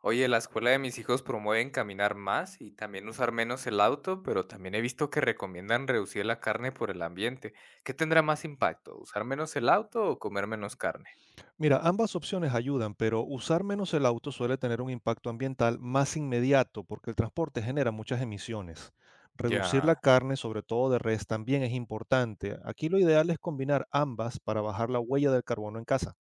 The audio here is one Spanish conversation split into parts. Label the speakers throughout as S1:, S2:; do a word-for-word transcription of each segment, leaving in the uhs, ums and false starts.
S1: Oye, la escuela de mis hijos promueven caminar más y también usar menos el auto, pero también he visto que recomiendan reducir la carne por el ambiente. ¿Qué tendrá más impacto? ¿Usar menos el auto o comer menos carne?
S2: Mira, ambas opciones ayudan, pero usar menos el auto suele tener un impacto ambiental más inmediato porque el transporte genera muchas emisiones. Reducir la
S1: Ya.
S2: carne, sobre todo de res, también es importante. Aquí lo ideal es combinar ambas para bajar la huella del carbono en casa.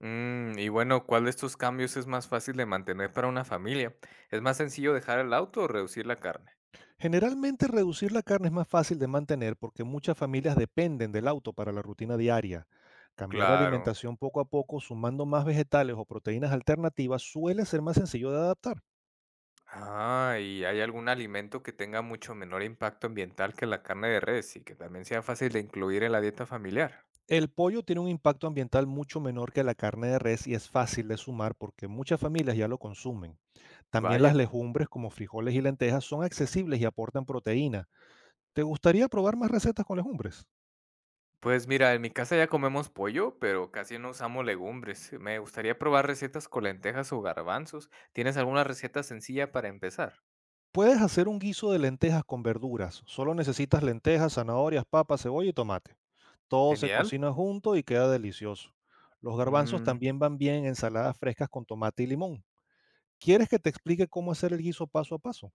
S1: Mm, y bueno, ¿cuál de estos cambios es más fácil de mantener para una familia? ¿Es más sencillo dejar el auto o reducir la carne?
S2: Generalmente reducir la carne es más fácil de mantener porque muchas familias dependen del auto para la rutina diaria. Cambiar la
S1: Claro.
S2: alimentación poco a poco, sumando más vegetales o proteínas alternativas, suele ser más sencillo de adaptar.
S1: Ah, ¿y hay algún alimento que tenga mucho menor impacto ambiental que la carne de res y que también sea fácil de incluir en la dieta familiar?
S2: El pollo tiene un impacto ambiental mucho menor que la carne de res y es fácil de sumar porque muchas familias ya lo consumen. También las
S1: Vaya.
S2: legumbres como frijoles y lentejas son accesibles y aportan proteína. ¿Te gustaría probar más recetas con legumbres?
S1: Pues mira, en mi casa ya comemos pollo, pero casi no usamos legumbres. Me gustaría probar recetas con lentejas o garbanzos. ¿Tienes alguna receta sencilla para empezar?
S2: Puedes hacer un guiso de lentejas con verduras. Solo necesitas lentejas, zanahorias, papas, cebolla y tomate. Todo se
S1: Genial.
S2: cocina junto y queda delicioso. Los garbanzos
S1: Mm,
S2: también van bien en ensaladas frescas con tomate y limón. ¿Quieres que te explique cómo hacer el guiso paso a paso?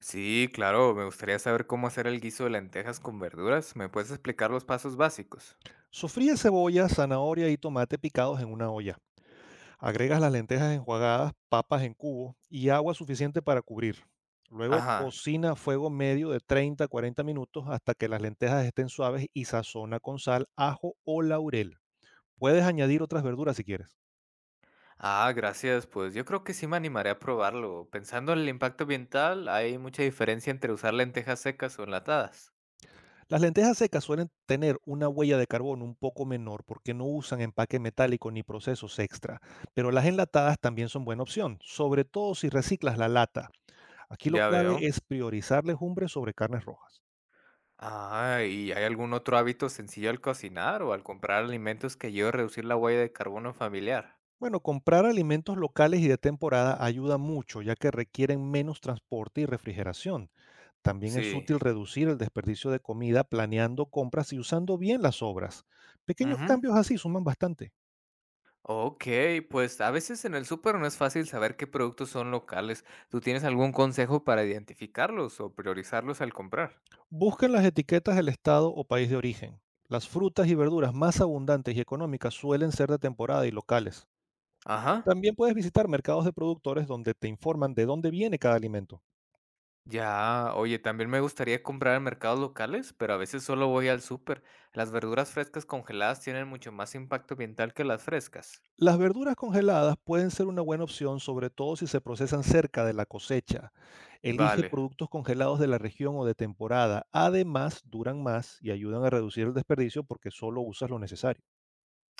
S1: sí, claro, me gustaría saber cómo hacer el guiso de lentejas con verduras. ¿Me puedes explicar los pasos básicos?
S2: Sofríe cebolla, zanahoria y tomate picados en una olla. Agregas las lentejas enjuagadas, papas en cubos y agua suficiente para cubrir. Luego
S1: Ajá.
S2: cocina a fuego medio de treinta a cuarenta minutos hasta que las lentejas estén suaves y sazona con sal, ajo o laurel. Puedes añadir otras verduras si quieres.
S1: Ah, gracias. Pues yo creo que sí me animaré a probarlo. Pensando en el impacto ambiental, hay mucha diferencia entre usar lentejas secas o enlatadas.
S2: Las lentejas secas suelen tener una huella de carbono un poco menor porque no usan empaque metálico ni procesos extra, pero las enlatadas también son buena opción, sobre todo si reciclas la lata. Aquí lo
S1: Ya
S2: clave
S1: veo.
S2: es priorizar legumbres sobre carnes rojas.
S1: Ah, ¿y hay algún otro hábito sencillo al cocinar o al comprar alimentos que ayude a reducir la huella de carbono familiar?
S2: Bueno, comprar alimentos locales y de temporada ayuda mucho, ya que requieren menos transporte y refrigeración. También es
S1: Sí.
S2: útil reducir el desperdicio de comida planeando compras y usando bien las sobras. Pequeños
S1: Ujú.
S2: cambios así suman bastante.
S1: Ok, pues a veces en el súper no es fácil saber qué productos son locales. ¿Tú tienes algún consejo para identificarlos o priorizarlos al comprar?
S2: Busquen las etiquetas del estado o país de origen. Las frutas y verduras más abundantes y económicas suelen ser de temporada y locales.
S1: Ajá.
S2: También puedes visitar mercados de productores donde te informan de dónde viene cada alimento.
S1: Ya, oye, también me gustaría comprar en mercados locales, pero a veces solo voy al súper. Las verduras frescas congeladas tienen mucho más impacto ambiental que las frescas.
S2: Las verduras congeladas pueden ser una buena opción, sobre todo si se procesan cerca de la cosecha. Elige
S1: Vale.
S2: productos congelados de la región o de temporada. Además, duran más y ayudan a reducir el desperdicio porque solo usas lo necesario.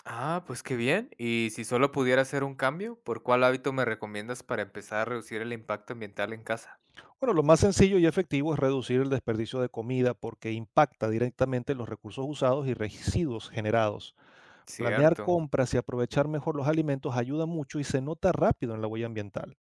S1: Ah, pues qué bien. Y si solo pudiera hacer un cambio, ¿por cuál hábito me recomiendas para empezar a reducir el impacto ambiental en casa?
S2: Bueno, lo más sencillo y efectivo es reducir el desperdicio de comida porque impacta directamente los recursos usados y residuos generados. Planear
S1: Cierto.
S2: compras y aprovechar mejor los alimentos ayuda mucho y se nota rápido en la huella ambiental.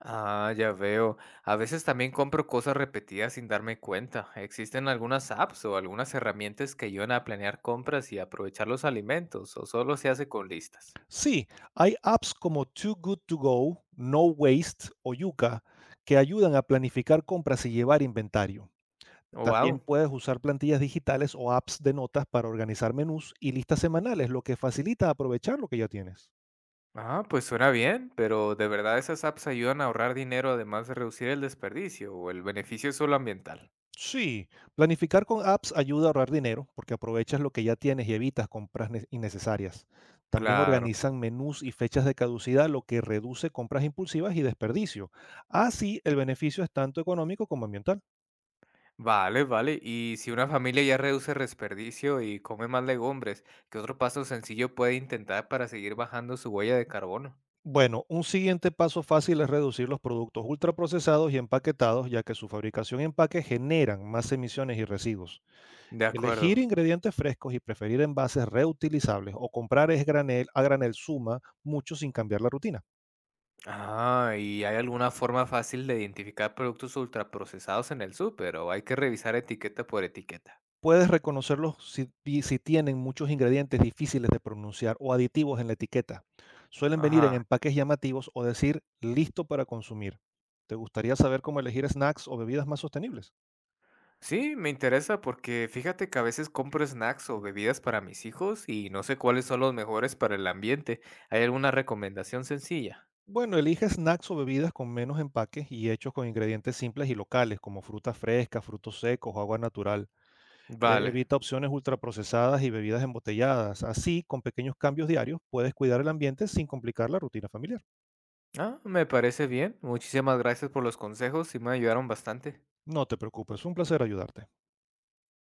S1: Ah, ya veo. A veces también compro cosas repetidas sin darme cuenta. ¿Existen algunas apps o algunas herramientas que ayudan a planear compras y aprovechar los alimentos, o solo se hace con listas?
S2: Sí, hay apps como Too Good To Go, No Waste o Yuka que ayudan a planificar compras y llevar inventario. También
S1: Wow.
S2: puedes usar plantillas digitales o apps de notas para organizar menús y listas semanales, lo que facilita aprovechar lo que ya tienes.
S1: Ah, pues suena bien, pero ¿de verdad esas apps ayudan a ahorrar dinero además de reducir el desperdicio o el beneficio es solo ambiental?
S2: Sí, planificar con apps ayuda a ahorrar dinero porque aprovechas lo que ya tienes y evitas compras ne- innecesarias. También
S1: Claro.
S2: organizan menús y fechas de caducidad, lo que reduce compras impulsivas y desperdicio. Así, el beneficio es tanto económico como ambiental.
S1: Vale, vale. Y si una familia ya reduce desperdicio y come más legumbres, ¿qué otro paso sencillo puede intentar para seguir bajando su huella de carbono?
S2: Bueno, un siguiente paso fácil es reducir los productos ultraprocesados y empaquetados, ya que su fabricación y empaque generan más emisiones y residuos.
S1: De
S2: Elegir
S1: acuerdo.
S2: ingredientes frescos y preferir envases reutilizables o comprar es granel, a granel suma mucho sin cambiar la rutina.
S1: Ah, ¿y hay alguna forma fácil de identificar productos ultraprocesados en el súper o hay que revisar etiqueta por etiqueta?
S2: Puedes reconocerlos si, y si tienen muchos ingredientes difíciles de pronunciar o aditivos en la etiqueta. Suelen venir en
S1: Ajá.
S2: empaques llamativos o decir listo para consumir. ¿Te gustaría saber cómo elegir snacks o bebidas más sostenibles?
S1: Sí, me interesa porque fíjate que a veces compro snacks o bebidas para mis hijos y no sé cuáles son los mejores para el ambiente. ¿Hay alguna recomendación sencilla?
S2: Bueno, elige snacks o bebidas con menos empaques y hechos con ingredientes simples y locales, como frutas frescas, frutos secos o agua natural. E-
S1: Vale.
S2: Evita opciones ultraprocesadas y bebidas embotelladas. Así, con pequeños cambios diarios, puedes cuidar el ambiente sin complicar la rutina familiar.
S1: Ah, me parece bien. Muchísimas gracias por los consejos y me ayudaron bastante.
S2: No te preocupes, es un placer ayudarte.